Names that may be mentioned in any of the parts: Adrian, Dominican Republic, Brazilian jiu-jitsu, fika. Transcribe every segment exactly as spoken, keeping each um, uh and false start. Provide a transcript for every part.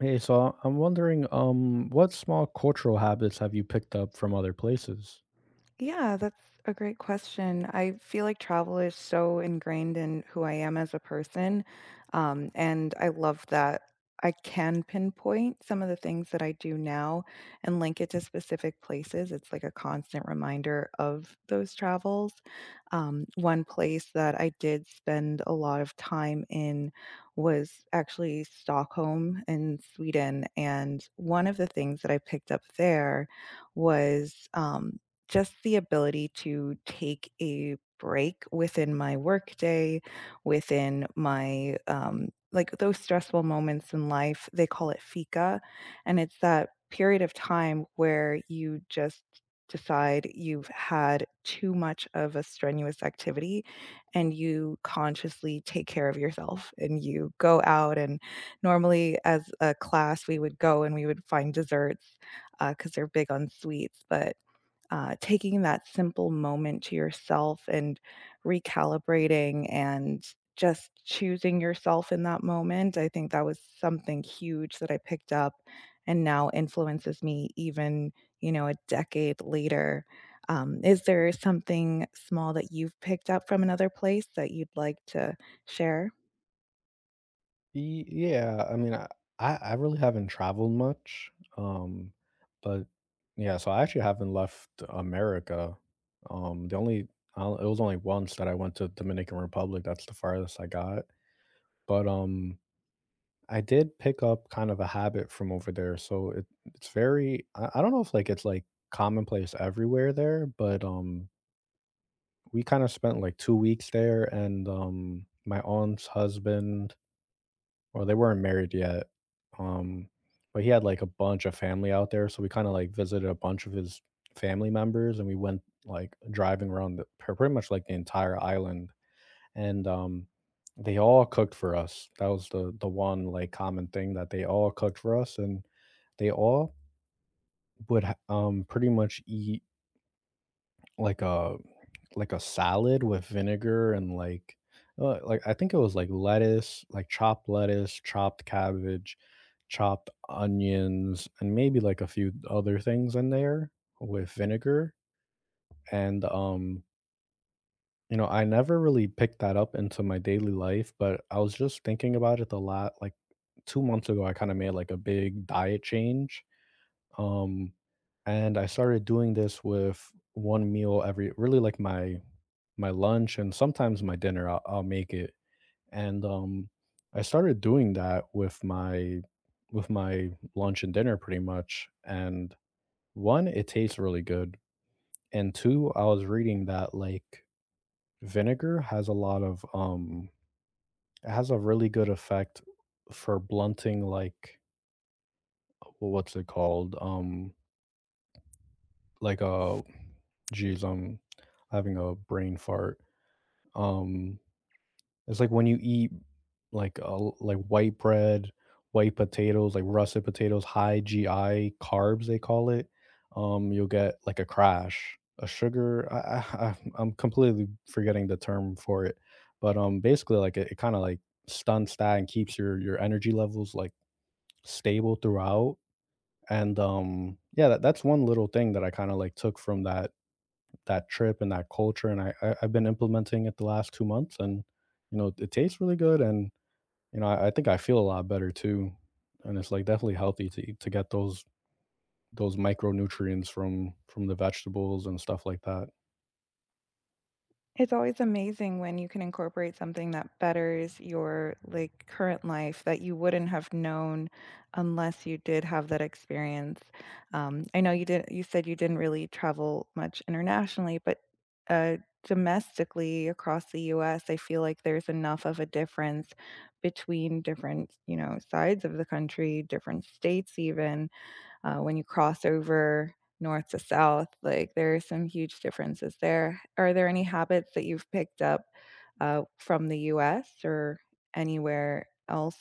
Hey, so I'm wondering, um, what small cultural habits have you picked up from other places? Yeah, that's a great question. I feel like travel is so ingrained in who I am as a person. Um, and I love that I can pinpoint some of the things that I do now and link it to specific places. It's like a constant reminder of those travels. Um, one place that I did spend a lot of time in was actually Stockholm in Sweden. And one of the things that I picked up there was um, just the ability to take a break within my workday, within my um, like those stressful moments in life. They call it fika, and it's that period of time where you just decide you've had too much of a strenuous activity and you consciously take care of yourself and you go out and normally as a class we would go and we would find desserts because they're big on sweets but uh, taking that simple moment to yourself and recalibrating and just choosing yourself in that moment. I think that was something huge that I picked up and now influences me even, you know, a decade later. Um, is there something small that you've picked up from another place that you'd like to share? Y- Yeah, I mean, I I I really haven't traveled much, um, but yeah, so I actually haven't left America. Um, the only I don't- It was only once that I went to Dominican Republic. That's the farthest I got. But um, I did pick up kind of a habit from over there. So it it's very I, I don't know if like it's like commonplace everywhere there, but um, we kind of spent like two weeks there, and, um, my aunt's husband, well, they weren't married yet, um, but he had, like, a bunch of family out there, so we kinda, like, visited a bunch of his family members, and we went, like, driving around the pre pretty much, like, the entire island, and, um, they all cooked for us. That was the the one, like, common thing that they all cooked for us, and they all would ha um, pretty much eat Like a like a salad with vinegar and, like, uh, like, I think it was, like, lettuce, like, chopped lettuce, chopped cabbage, chopped onions, and maybe, like, a few other things in there with vinegar, and, um, you know, I never really picked that up into my daily life, but I was just thinking about it a lot, like, two months ago. I kinda made, like, a big diet change, um, and I started doing this with one meal every, really, like, my my lunch, and sometimes my dinner, I'll, I'll make it. And um I started doing that with my with my lunch and dinner pretty much. And, one, it tastes really good, and, two, I was reading that, like, vinegar has a lot of, um it has a really good effect for blunting, like, wh- what's it called, um like a, geez, I'm having a brain fart. um It's like when you eat like a l like white bread, white potatoes, like russet potatoes, high G I carbs, they call it, um, you'll get like a crash, a sugar, I I I I'm completely forgetting the term for it, but, um, basically, like, it it kinda, like, stunts that and keeps your your energy levels, like, stable throughout, and, um, yeah, that that's one little thing that I kinda, like, took from that that trip and that culture, and I I I've been implementing it the last two months, and, you know, it tastes really good, and you know, I I think I feel a lot better too, and it's, like, definitely healthy to eat, to get those those micronutrients from from the vegetables and stuff like that. It's always amazing when you can incorporate something that betters your like current life that you wouldn't have known unless you did have that experience. Um, I know you did. You said you didn't really travel much internationally, but uh, domestically across the U S, I feel like there's enough of a difference between different, you know, sides of the country, different states, even uh, when you cross over north to south, like there are some huge differences there. Are there any habits that you've picked up uh, from the U S or anywhere else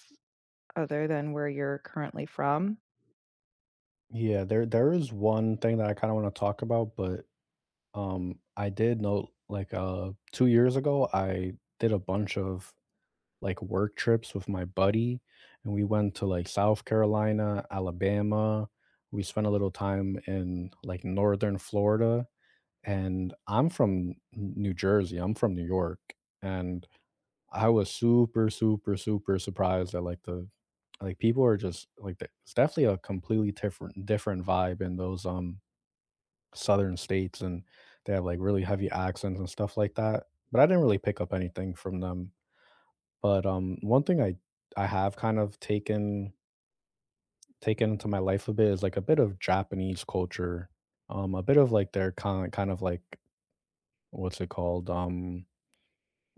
other than where you're currently from? Yeah, there there is one thing that I kinda wanna talk about, but, um, I did know, like, uh, two years ago, I did a bunch of, like, work trips with my buddy, and we went to, like, South Carolina, Alabama. We spent a little time in, like, Northern Florida. And I'm from New Jersey, I'm from New York, and I was super, super, super surprised at, like, the like, people are just like, the it's definitely a completely different different vibe in those, um, southern states, and they have, like, really heavy accents and stuff like that, but I didn't really pick up anything from them. But, um, one thing I I have kind of taken taken into my life a bit is, like, a bit of Japanese culture, um, a bit of, like, their kind kind of, like, what's it called? Um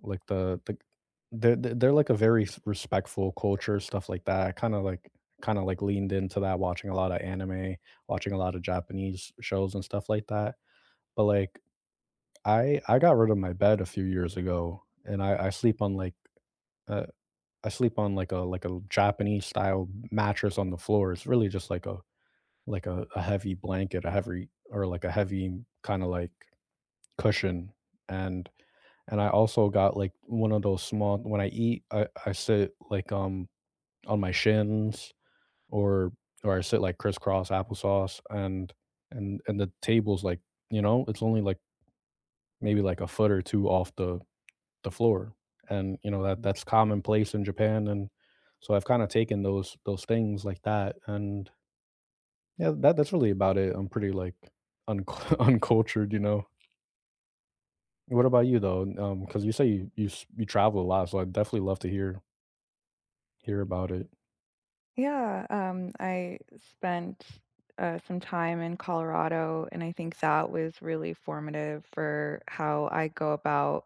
Like the the they're they're they're like a very s respectful culture, stuff like that. kinda like kinda like leaned into that watching a lot of anime, watching a lot of Japanese shows and stuff like that. But, like, I I got rid of my bed a few years ago, and I I sleep on, like, uh, I sleep on, like, a like a Japanese style mattress on the floor. It's really just like a like a a heavy blanket, a heavy, or like a heavy kinda like cushion, and and I also got like one of those small, when I eat, I, I sit like, um on my shins, or or I sit like crisscross applesauce, and and and the table's like, you know, it's only like maybe like a foot or two off the the floor. And you know that that's commonplace in Japan, and so I've kind of taken those those things like that, and yeah, that that's really about it. I'm pretty like uncu uncultured, you know. What about you though? Um, because you say you you s- you travel a lot, so I'd definitely love to hear Hear about it. Yeah, um, I spent uh, some time in Colorado, and I think that was really formative for how I go about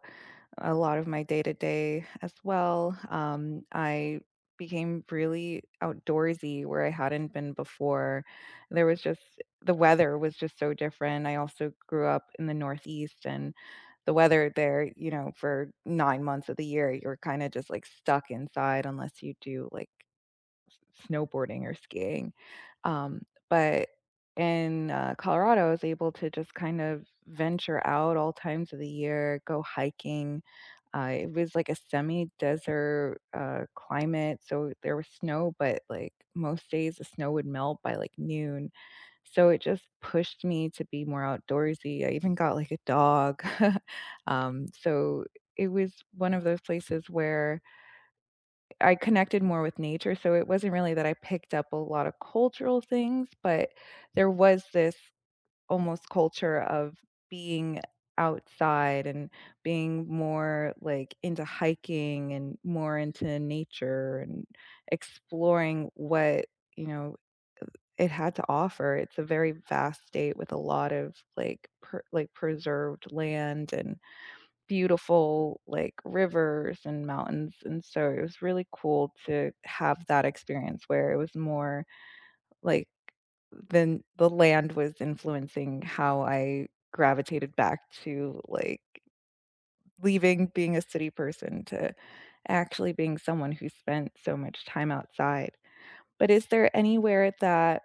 a lot of my day to day as well. Um, I became really outdoorsy where I hadn't been before. There was just the weather was just so different. I also grew up in the Northeast, and the weather there, you know, for nine months of the year, you're kind of just like stuck inside unless you do like snowboarding or skiing. Um, but in uh, Colorado, I was able to just kind of venture out all times of the year, go hiking. Uh, it was like a semi-desert uh, climate, so there was snow, but like most days, the snow would melt by like noon. So it just pushed me to be more outdoorsy. I even got like a dog. um, so it was one of those places where I connected more with nature, so it wasn't really that I picked up a lot of cultural things, but there was this almost culture of being outside and being more, like, into hiking and more into nature and exploring what, you know, it had to offer. It's a very vast state with a lot of, like, pre like, preserved land and beautiful, like, rivers and mountains, and so it was really cool to have that experience where it was more, like, then the land was influencing how I gravitated back to, like, leaving being a city person to actually being someone who spent so much time outside. But is there anywhere that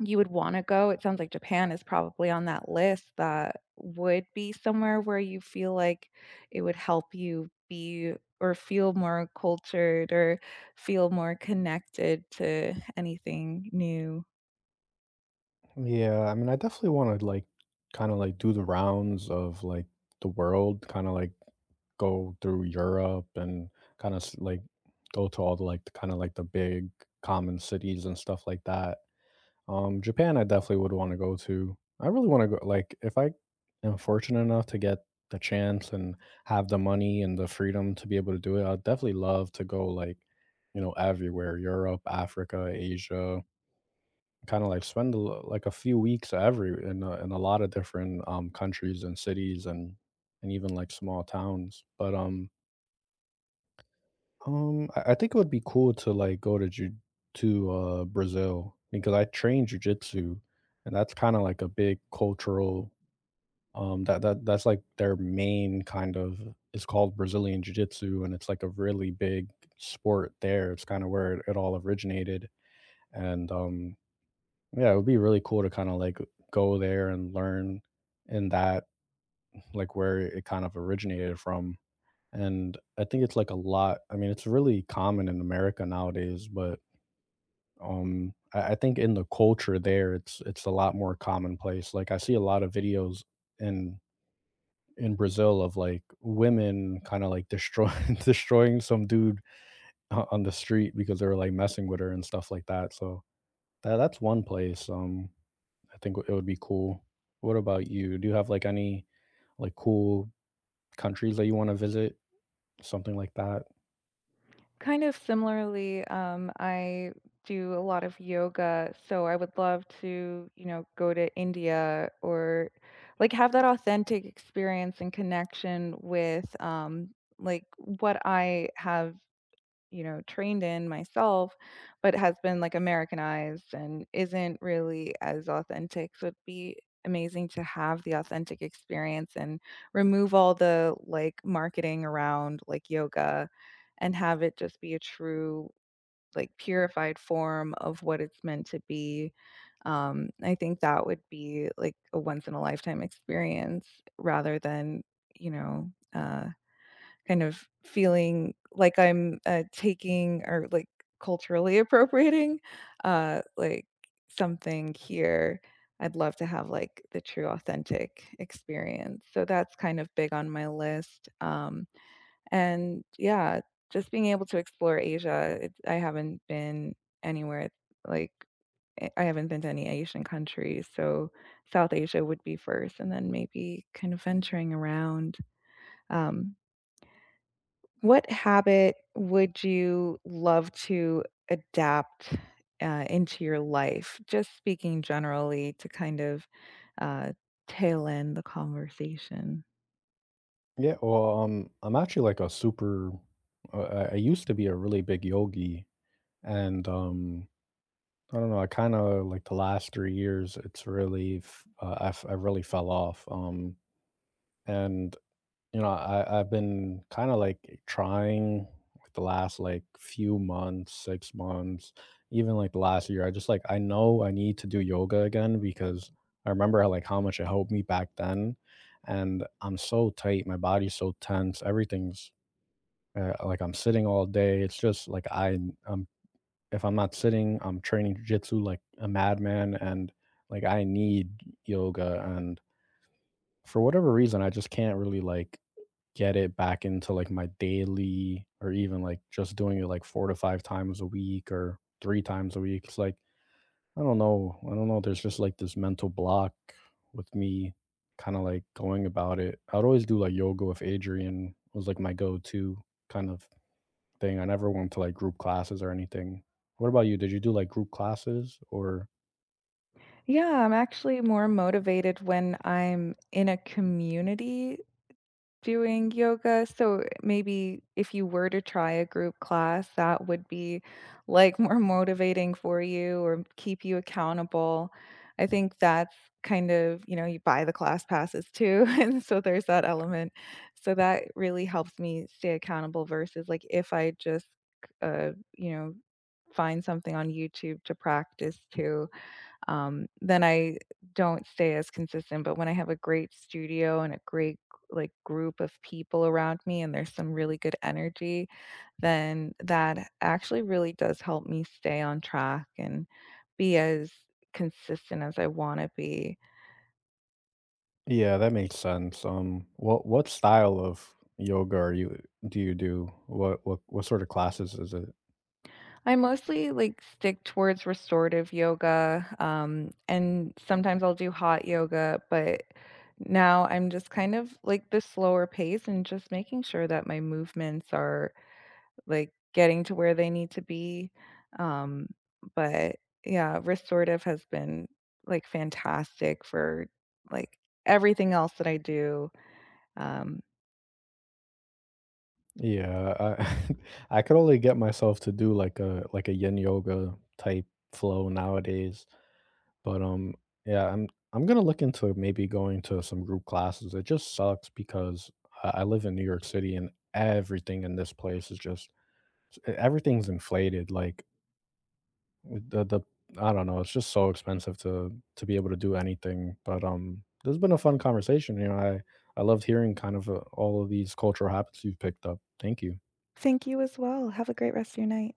you would wanna go? It sounds like Japan is probably on that list that would be somewhere where you feel like it would help you be or feel more cultured or feel more connected to anything new. Yeah, I mean, I definitely wanna, like, kinda, like, do the rounds of, like, the world, kinda, like, go through Europe, and kinda like, go to all the, like, kinda, like, the big common cities and stuff like that. Um, Japan, I definitely would wanna go to. I really wanna go, like, if I am fortunate enough to get the chance and have the money and the freedom to be able to do it, I'd definitely love to go, like, you know, everywhere, Europe, Africa, Asia. Kinda like spend a l like a few weeks every, in a in a lot of different, um, countries and cities, and and even, like, small towns, but, um um, I I think it would be cool to, like, go to ju to, uh, Brazil because I train jujitsu, and that's kinda like a big cultural, um, that that that's, like, their main kind of. It's called Brazilian jiu-jitsu, and it's, like, a really big sport there, it's kinda where it it all originated, and, um yeah, it would be really cool to kinda, like, go there and learn in that, like, where it kind of originated from, and I think it's, like, a lot. I mean, it's really common in America nowadays, but, um, I I think in the culture there, it's it's a lot more commonplace, like, I see a lot of videos in in Brazil of, like, women kinda, like, destroying destroying some dude, o on the street because they were, like, messing with her and stuff like that, so that that's one place, um I think it would be cool. What about you? Do you have like any like cool countries that you want to visit? Something like that? Kind of similarly, um, I do a lot of yoga, so I would love to, you know, go to India or, like, have that authentic experience and connection with, um, like, what I have you know, trained in myself, but has been like Americanized and isn't really as authentic. So it'd be amazing to have the authentic experience and remove all the like marketing around like yoga and have it just be a true like purified form of what it's meant to be. Um, I think that would be like a once in a lifetime experience rather than, you know, uh kind of feeling like I'm, uh, taking or, like, culturally appropriating, uh, like, something here. I'd love to have, like, the true authentic experience, so that's kind of big on my list, um, and yeah, just being able to explore Asia, it I haven't been anywhere, like, eh, I haven't been to any Asian countries, so South Asia would be first and then maybe kind of venturing around, um what habit would you love to adapt uh, into your life? Just speaking generally to kind of uh, tail end the conversation. Yeah, well, um, I'm actually like a super. Uh, I I used to be a really big yogi, and um, I don't know. I kind of like the last three years, it's really, f- uh, I f- I really fell off. Um, and you know, I I've been kinda, like, trying like the last, like, few months, six months, even, like, the last year. I just, like, I know I need to do yoga again because I remember, like, how much it helped me back then, and I'm so tight, my body's so tense, everything's, uh, like, I'm sitting all day, it's just, like, I I'm if I'm not sitting, I'm training jujitsu like a madman, and, like, I need yoga, and for whatever reason, I just can't really, like, get it back into like my daily, or even like just doing it like four to five times a week or three times a week. It's like, I don't know. I don't know, there's just like this mental block with me kinda like going about it. I'd always do like yoga with Adrian. It was like my go-to kind of thing. I never went to like group classes or anything. What about you? Did you do like group classes or? Yeah, I'm actually more motivated when I'm in a community doing yoga. So maybe if you were to try a group class, that would be like more motivating for you or keep you accountable. I think that's kind of, you know, you buy the class passes too. And so there's that element. So that really helps me stay accountable versus like if I just, uh, you know, find something on YouTube to practice too um, then I don't stay as consistent. But when I have a great studio and a great like group of people around me and there's some really good energy, then that actually really does help me stay on track and be as consistent as I want to be. Yeah, that makes sense. Um, what what style of yoga are you do you do? What what what sort of classes is it? I mostly like stick towards restorative yoga um and sometimes I'll do hot yoga, but now I'm just kind of like the slower pace and just making sure that my movements are like getting to where they need to be. Um, but yeah, restorative has been like fantastic for like everything else that I do. Um, Yeah, I I could only get myself to do like a like a yin yoga type flow nowadays. But um yeah, I'm I'm gonna look into maybe going to some group classes. It just sucks because I, I live in New York City, and everything in this place is just, everything's inflated. Like, the the I don't know, it's just so expensive to to be able to do anything. But um this has been a fun conversation. You know, I I loved hearing kind of, uh, all of these cultural habits you've picked up. Thank you. thank you as well. Have a great rest of your night.